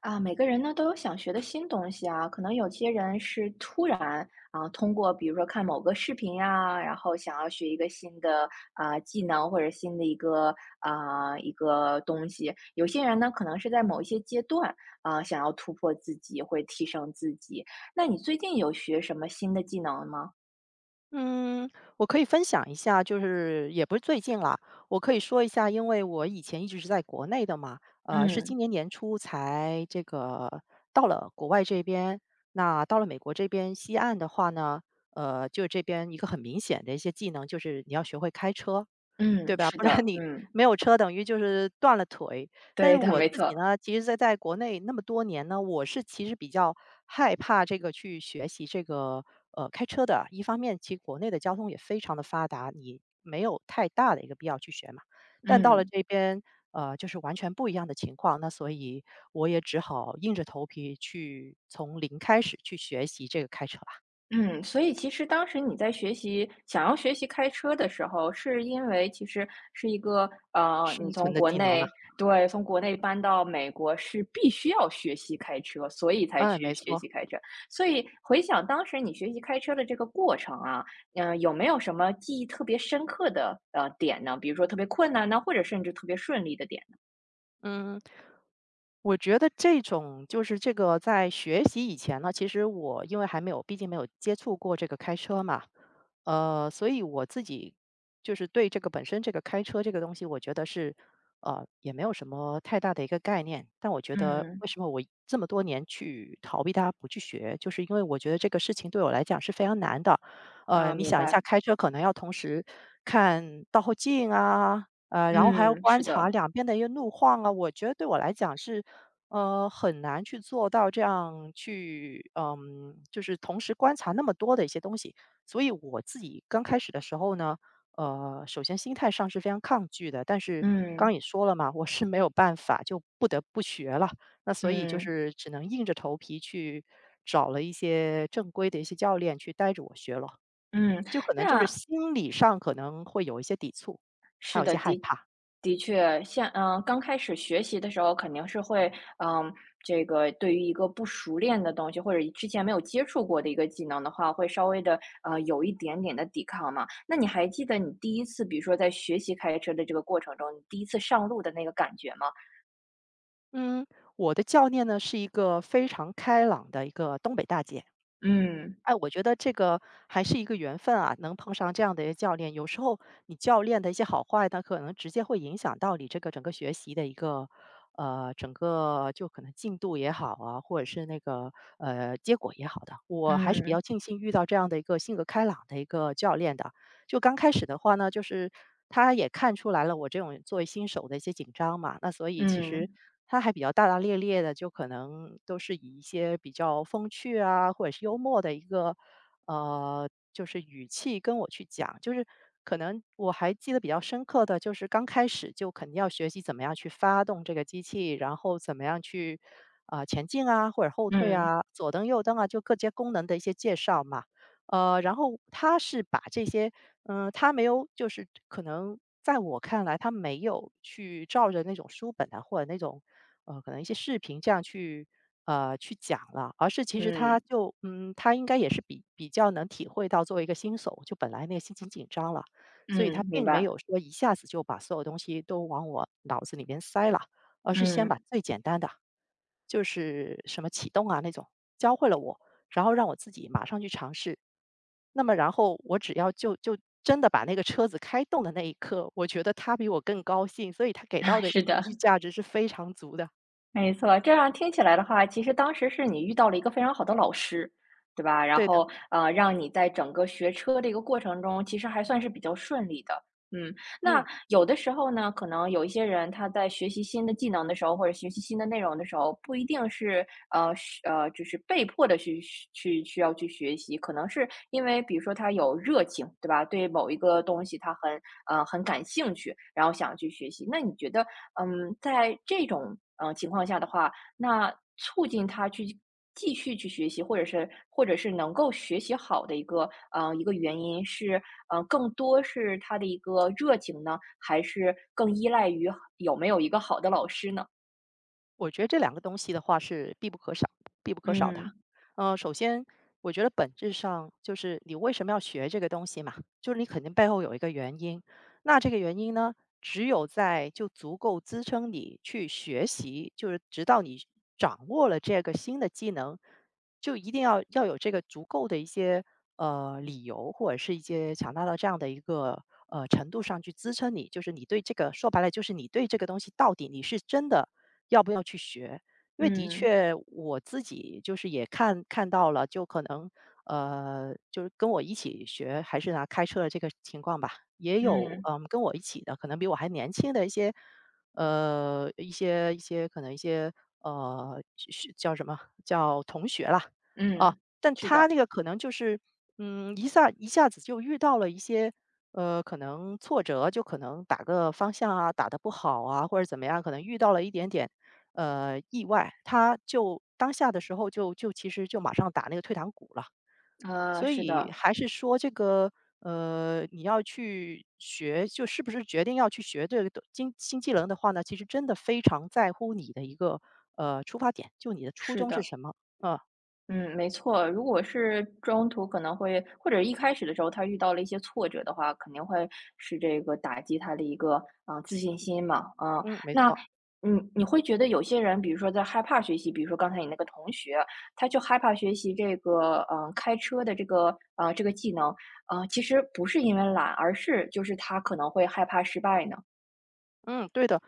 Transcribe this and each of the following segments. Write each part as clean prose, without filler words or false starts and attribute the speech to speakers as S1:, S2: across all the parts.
S1: 啊，每个人呢都有想学的新东西啊，可能有些人是突然啊，通过比如说看某个视频呀，然后想要学一个新的啊、技能或者新的一个东西，有些人呢可能是在某一些阶段啊、想要突破自己，会提升自己。那你最近有学什么新的技能吗？
S2: 嗯，我可以分享一下，就是也不是最近啦，我可以说一下，因为我以前一直是在国内的嘛，是
S1: 嗯
S2: 今年年初才这个到了国外这边。那到了美国这边西岸的话呢，就这边一个很明显的一些技能，就是你要学会开车。对
S1: 嗯，
S2: 吧？
S1: 是
S2: 不然
S1: 的，
S2: 你
S1: 嗯，
S2: 没有车等于就是断了腿。但是
S1: 对的，
S2: 我
S1: 没
S2: 自己
S1: 错，
S2: 呢，其实在国内那么多年呢，我是其实比较害怕这个去学习这个开车的。一方面，其实国内的交通也非常的发达，你没有太大的一个必要去学嘛。但到了
S1: 嗯。
S2: 这边，就是完全不一样的情况。那所以我也只好硬着头皮去从零开始去学习这个开车吧，
S1: 嗯，所以其实当时你在想要学习开车的时候，是因为其实是一个你
S2: 生存
S1: 从
S2: 的
S1: 国
S2: 技能呢。
S1: 内对，从国内搬到美国是必须要学习开车，所以才
S2: 哎，
S1: 去
S2: 没
S1: 学
S2: 错，
S1: 习开车。所以回想当时你学习开车的这个过程啊，嗯、有没有什么记忆特别深刻的点呢？比如说特别困难呢，或者甚至特别顺利的点呢？
S2: 嗯。我觉得这种就是这个在学习以前呢，其实我因为还没有，毕竟没有接触过这个开车嘛，所以我自己就是对这个本身这个开车这个东西，我觉得是也没有什么太大的一个概念。但我觉得
S1: 嗯，
S2: 为什么我这么多年去逃避它不去学，就是因为我觉得这个事情对我来讲是非常难的。
S1: 啊，
S2: 你
S1: 明
S2: 想一下，
S1: 白。
S2: 开车可能要同时看倒后镜啊，然后还要
S1: 嗯，
S2: 观
S1: 是
S2: 察
S1: 的。
S2: 两边的一个路况啊，我觉得对我来讲是，很难去做到这样去，就是同时观察那么多的一些东西。所以我自己刚开始的时候呢，首先心态上是非常抗拒的，但是
S1: 嗯
S2: 刚也说了嘛，我是没有办法，就不得不学了。那所以就
S1: 嗯
S2: 是只能硬着头皮去找了一些正规的一些教练去带着我学了，
S1: 嗯。
S2: 就可能就是
S1: 那
S2: 心理上可能会有一些抵触，还
S1: 是
S2: 有一些
S1: 的，
S2: 害
S1: 的
S2: 怕。
S1: 的确，像嗯、刚开始学习的时候，肯定是会嗯、这个对于一个不熟练的东西，或者之前没有接触过的一个技能的话，会稍微的有一点点的抵抗嘛。那你还记得你第一次，比如说在学习开车的这个过程中，你第一次上路的那个感觉吗？
S2: 嗯，我的教练呢是一个非常开朗的一个东北大姐。
S1: 嗯
S2: 哎，我觉得这个还是一个缘分啊，能碰上这样的一个教练。有时候你教练的一些好坏他可能直接会影响到你这个整个学习的一个整个就可能进度也好啊，或者是那个结果也好的。我还是比
S1: 嗯
S2: 较庆幸遇到这样的一个性格开朗的一个教练的。就刚开始的话呢，就是他也看出来了我这种作为新手的一些紧张嘛，那所以其实
S1: 嗯
S2: 他还比较大大咧咧的，就可能都是以一些比较风趣啊，或者是幽默的一个就是语气跟我去讲，就是可能我还记得比较深刻的就是刚开始就肯定要学习怎么样去发动这个机器，然后怎么样去啊、前进啊或者后退
S1: 嗯
S2: 啊，左灯右灯啊，就各些功能的一些介绍嘛。然后他是把这些他没有就是可能在我看来，他没有去照着那种书本啊，或者那种可能一些视频这样去去讲了，而是其实他
S1: 嗯
S2: 就他应该也是比较能体会到作为一个新手，就本来那个心情紧张了，所以他
S1: 嗯，明
S2: 并没
S1: 白。
S2: 有说一下子就把所有东西都往我脑子里面塞了，而是先把
S1: 嗯，
S2: 最简单的，就是什么启动啊那种教会了我，然后让我自己马上去尝试。那么然后我只要就真的把那个车子开动的那一刻，我觉得他比我更高兴，所以他给到 的一个
S1: 是
S2: 情绪
S1: 的。
S2: 价值是非常足的。
S1: 没错，这样听起来的话，其实当时是你遇到了一个非常好的老师，对吧？然
S2: 对的，
S1: 后，让你在整个学车的一个过程中，其实还算是比较顺利的。嗯，那
S2: 嗯。
S1: 有的时候呢，可能有一些人他在学习新的技能的时候，或者学习新的内容的时候，不一定是,就是被迫的去需要去学习，可能是因为比如说他有热情，对吧？对某一个东西他很感兴趣，然后想去学习。那你觉得嗯，在这种情况下的话，那促进他去继续去学习，或者是能够学习好的一个原因是，更多是他的一个热情呢，还是更依赖于有没有一个好的老师呢？
S2: 我觉得这两个东西的话是必不可少、必不可少的。
S1: 嗯
S2: 首先我觉得本质上就是你为什么要学这个东西嘛，就是你肯定背后有一个原因。那这个原因呢，只有在就足够支撑你去学习，就是直到你掌握了这个新的技能，就一定要有这个足够的一些理由，或者是一些强大到这样的一个程度上去支撑你，就是你对这个说白了就是你对这个东西到底你是真的要不要去学？因为的
S1: 嗯
S2: 确我自己就是也看到了，就可能就是跟我一起学还是拿开车的这个情况吧，也有
S1: 嗯
S2: 嗯跟我一起的，可能比我还年轻的一些可能一些学叫什么叫同学啦啊，
S1: 嗯，
S2: 但
S1: 是
S2: 他
S1: 的，
S2: 那个可能就是一下子就遇到了一些。可能挫折就可能打个方向啊，打得不好啊，或者怎么样，可能遇到了一点点意外，他就当下的时候就其实就马上打那个退堂鼓了。
S1: 啊，
S2: 所
S1: 是
S2: 以
S1: 的，
S2: 还是说这个，你要去学，就是不是决定要去学这个东新技能的话呢，其实真的非常在乎你的一个，出发点，就你的初
S1: 是
S2: 衷是
S1: 的。
S2: 什么。呃，
S1: 嗯，没错。如果是中途可能会或者一开始的时候他遇到了一些挫折的话，肯定会是这个打击他的一个啊，自信心嘛，嗯。
S2: 嗯，没
S1: 那
S2: 错。
S1: 嗯，你会觉得有些人，比如说在害怕学习，比如说刚才你那个同学，他就害怕学习这个，开车的这个这个技能，嗯，其实不是因为懒，而是就是他可能会害怕失败呢？
S2: 嗯，对的，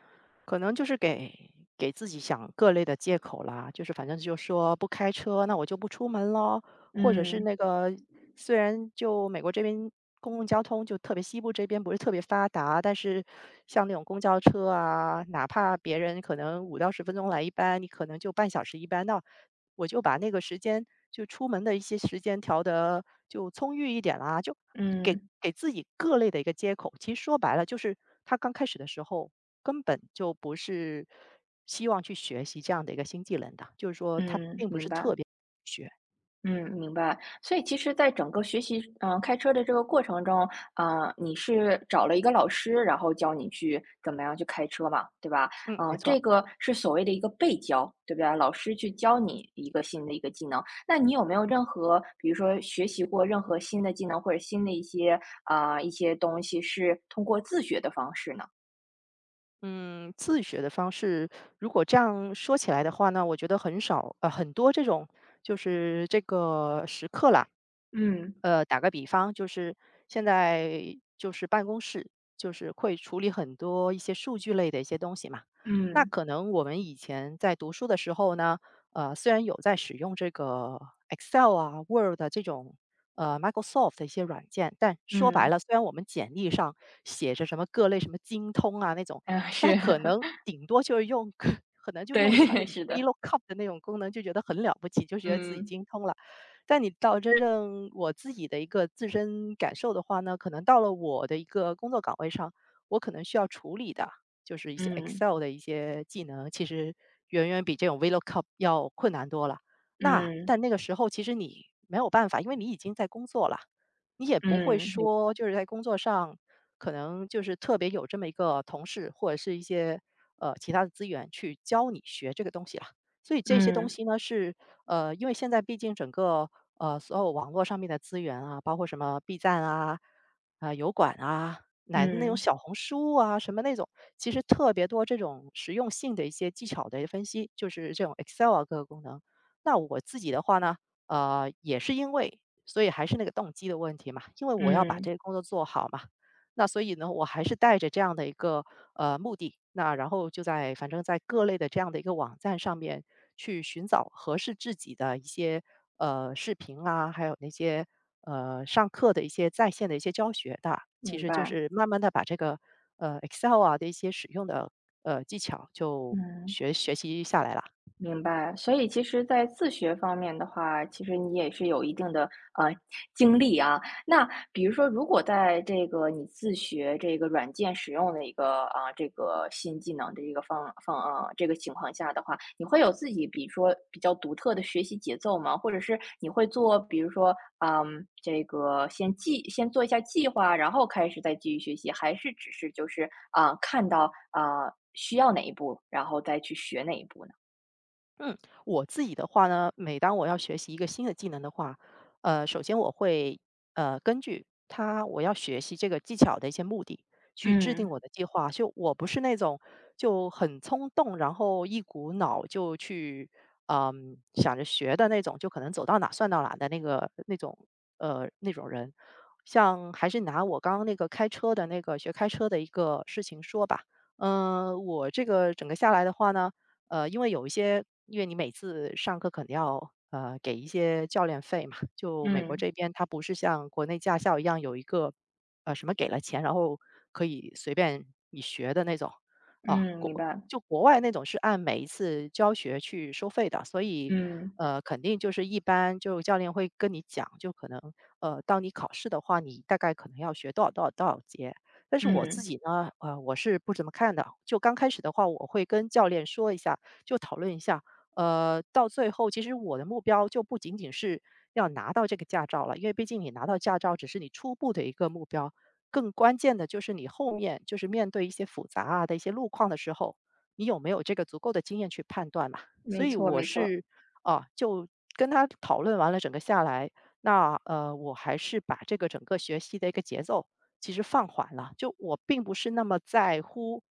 S2: 可能就是给自己想各类的借口啦，就是反正就说不开车，那我就不出门咯，或者是
S1: 嗯，
S2: 那个虽然就美国这边公共交通就特别西部这边不是特别发达，但是像那种公交车啊，哪怕别人可能5到10分钟来一班，你可能就半小时一班，那我就把那个时间就出门的一些时间调得就充裕一点啦，就
S1: 嗯，
S2: 给自己各类的一个接口。其实说白了，就是他刚开始的时候根本就不是希望去学习这样的一个新技能的，就是说他
S1: 嗯，
S2: 并不是
S1: 明
S2: 特
S1: 白。
S2: 别学。
S1: 嗯，明白。所以其实在整个学习，嗯、开车的这个过程中，啊、你是找了一个老师，然后教你去怎么样去开车嘛，对吧？
S2: 嗯，没
S1: 嗯、
S2: 错。
S1: 这个是所谓的一个被教，对不对？老师去教你一个新的一个技能。那你有没有任何，比如说学习过任何新的技能或者新的一些啊、一些东西，是通过自学的方式呢？
S2: 嗯，自学的方式，如果这样说起来的话呢，我觉得很少，很多这种就是这个时刻啦，
S1: 嗯
S2: 打个比方，就是现在就是办公室，就是会处理很多一些数据类的一些东西嘛。那
S1: 嗯
S2: 可能我们以前在读书的时候呢，虽然有在使用这个 Excel 啊、Word 啊这种Microsoft 的一些软件，但说白
S1: 嗯
S2: 了，虽然我们简历上写着什么各类什么精通啊那种，
S1: 嗯，
S2: 但
S1: 是
S2: 可 能顶多就是用，可能就
S1: 对，
S2: 用一下那 种
S1: 是的，
S2: VLOOKUP 的那种功能，就觉得很了不起，就觉得自己
S1: 嗯
S2: 精通了。但你到真正我自己的一个自身感受的话呢，可能到了我的一个工作岗位上，我可能需要处理的就是一些
S1: 嗯
S2: Excel 的一些技能，其实远远比这种 VLOOKUP 要困难多了。那
S1: 嗯
S2: 但那个时候其实你没有办法，因为你已经在工作了，你也不会
S1: 嗯，
S2: 说就是在工作上可能就是特别有这么一个同事或者是一些其他的资源去教你学这个东西了。所以这些东
S1: 嗯，
S2: 西呢，是因为现在毕竟整个所有网络上面的资源啊，包括什么 B 站啊、啊、油管啊，乃至那种
S1: 嗯，
S2: 小红书啊什么那种，其实特别多这种实用性的一些技巧的分析，就是这种 Excel 啊各个功能。那我自己的话呢，也是因为，所以还是那个动机的问题嘛，因为我要把
S1: 嗯，
S2: 这个工作做好嘛，那所以呢，我还是带着这样的一个目的，那然后就在反正在各类的这样的一个网站上面去寻找合适自己的一些视频啊，还有那些上课的一些在线的一些教学的，其
S1: 明
S2: 实就
S1: 白，
S2: 是慢慢的把这个Excel 啊的一些使用的技巧就
S1: 嗯。
S2: 学习下来了。
S1: 明白，所以其实，在自学方面的话，其实你也是有一定的呃经历啊。那比如说，如果在这个你自学这个软件使用的一个啊、这个新技能的一个方方啊、这个情况下的话，你会有自己比如说比较独特的学习节奏吗？或者是你会做，比如说嗯这个先做一下计划，然后开始再继续学习，还是只是就是啊、看到啊、需要哪一步，然后再去学哪一步呢？
S2: 嗯，我自己的话呢，每当我要学习一个新的技能的话，首先我会根据他我要学习这个技巧的一些目的去制定
S1: 嗯，
S2: 我的计划。就我不是那种就很冲动，然后一股脑就去想着学的那种，就可能走到哪算到哪的那个那种人。像还是拿我刚刚那个开车的那个学开车的一个事情说吧，我这个整个下来的话呢。因为有一些因为你每次上课肯定要，给一些教练费嘛，就美国
S1: 嗯，
S2: 这边它不是像国内驾校一样有一个，什么给了钱，然后可以随便你学的那种，啊。
S1: 嗯，明白，
S2: 就国外那种是按每一次教学去收费的，所以
S1: 嗯，
S2: 肯定就是一般就教练会跟你讲，就可能当你考试的话，你大概可能要学多少多少多少节。但是我自
S1: 嗯，
S2: 己呢，我是不怎么看的。就刚开始的话，我会跟教练说一下，就讨论一下。到最后，其实我的目标就不仅仅是要拿到这个驾照了，因为毕竟你拿到驾照只是你初步的一个目标，更关键的就是你后面就是面对一些复杂啊的一些路况的时候，你有没有这个足够的经验去判断嘛？所
S1: 没
S2: 以
S1: 错
S2: 我
S1: 没错，
S2: 是啊，就跟他讨论完了整个下来，那我还是把这个整个学习的一个节奏其实放缓了，就我并不是那么在乎。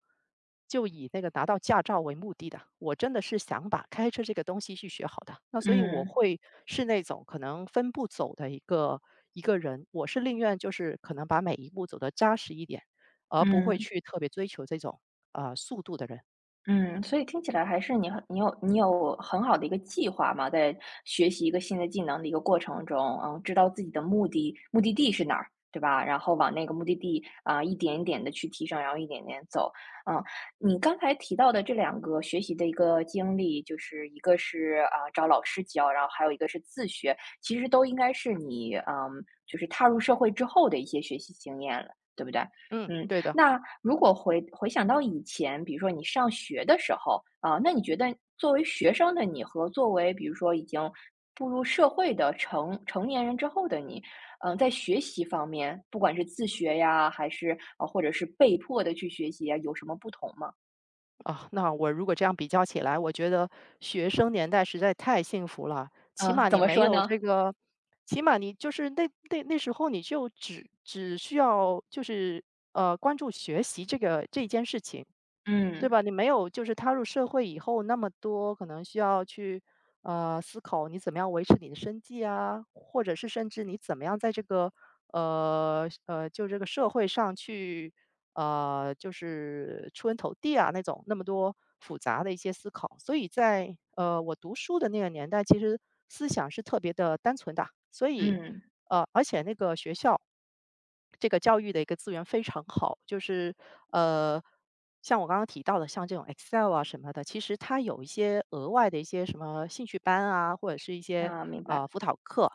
S2: 就以那个拿到驾照为目的的，我真的是想把开车这个东西去学好的。那所以我
S1: 嗯，
S2: 会是那种可能分步走的一个人，我是宁愿就是可能把每一步走得扎实一点，而不会
S1: 嗯。
S2: 去特别追求这种啊速度的人。
S1: 嗯，所以听起来还是你有很好的一个计划嘛，在学习一个新的技能的一个过程中，嗯，知道自己的目的地是哪儿，对吧？然后往那个目的地啊，一点一点的去提升，然后一点点走。嗯，你刚才提到的这两个学习的一个经历，就是一个是啊找老师教，然后还有一个是自学，其实都应该是你嗯，就是踏入社会之后的一些学习经验了，对不对？
S2: 嗯，
S1: 嗯，
S2: 对的。
S1: 那如果回想到以前，比如说你上学的时候，啊，那你觉得作为学生的你和作为比如说已经步入社会的成年人之后的你，嗯、在学习方面，不管是自学呀，还是或者是被迫的去学习呀，有什么不同吗？
S2: 啊，那我如果这样比较起来，我觉得学生年代实在太幸福了。起
S1: 啊，
S2: 码
S1: 怎
S2: 你
S1: 么
S2: 没
S1: 说
S2: 有
S1: 呢？
S2: 这个，起码你就是那那时候你就只需要就是关注学习这个这件事情，对
S1: 嗯
S2: 吧？你没有就是踏入社会以后那么多可能需要去思考你怎么样维持你的生计啊，或者是甚至你怎么样在这个就这个社会上去。就是出人头地啊那种那么多复杂的一些思考。所以在我读书的那个年代，其实思想是特别的单纯的，所以
S1: 嗯
S2: 而且那个学校这个教育的一个资源非常好，就是呃。像我刚刚提到的，像这种 Excel 啊什么的，其实它有一些额外的一些什么兴趣班啊，或者是一些
S1: 啊，明白。
S2: 辅导课，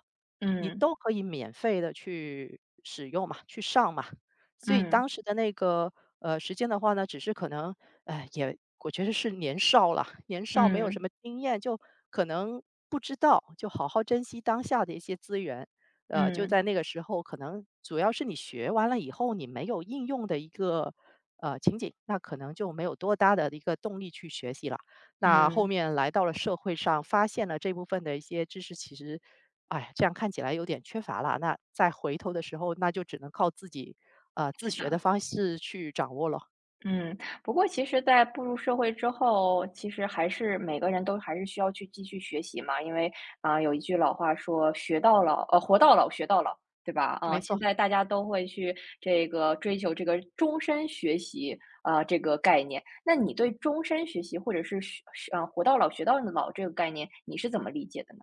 S2: 你
S1: 嗯
S2: 都可以免费的去使用嘛，去上嘛。所以
S1: 嗯
S2: 当时的那个，时间的话呢，只是可能，哎，也我觉得是年少了，年少没有
S1: 嗯
S2: 什么经验，就可能不知道，就好好珍惜当下的一些资源。就
S1: 嗯
S2: 在那个时候，可能主要是你学完了以后，你没有应用的一个，情景，那可能就没有多大的一个动力去学习了。那
S1: 嗯
S2: 后
S1: 嗯，
S2: 面来到了社会上，发现了这部分的一些知识，其实，哎，这样看起来有点缺乏了。那再回头的时候，那就只能靠自己，自
S1: 是
S2: 学的
S1: 的。
S2: 方式去掌握了。
S1: 嗯，不过其实在步入社会之后，其实还是每个人都还是需要去继续学习嘛，因为啊、有一句老话说"学到老，活到老，学到老"，对吧？
S2: 没
S1: 啊、现
S2: 错。
S1: 在大家都会去这个追求这个终身学习啊、这个概念。那你对终身学习或者是学啊、活到老学到老这个概念，你是怎么理解的呢？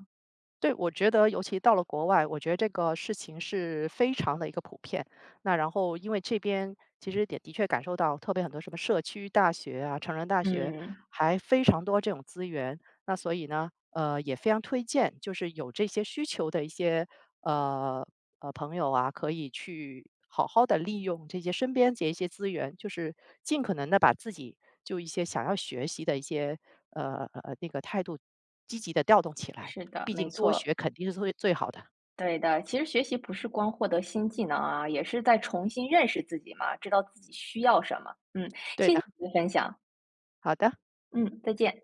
S2: 对，我觉得尤其到了国外，我觉得这个事情是非常的一个普遍。那然后，因为这边其实也的确感受到，特别很多什么社区大学啊、成人大学，
S1: 嗯，
S2: 还非常多这种资源。那所以呢，也非常推荐，就是有这些需求的一些呃朋友啊，可以去好好的利用这些身边这一些资源，就是尽可能的把自己就一些想要学习的一些那个态度积极的调动起来。
S1: 是的，
S2: 毕竟
S1: 没
S2: 多
S1: 错。
S2: 学肯定是最最好的。
S1: 对的，其实学习不是光获得新技能啊，也是在重新认识自己嘛，知道自己需要什么。嗯，
S2: 对
S1: 谢谢
S2: 的，
S1: 你的分享。
S2: 好的。
S1: 嗯，再见。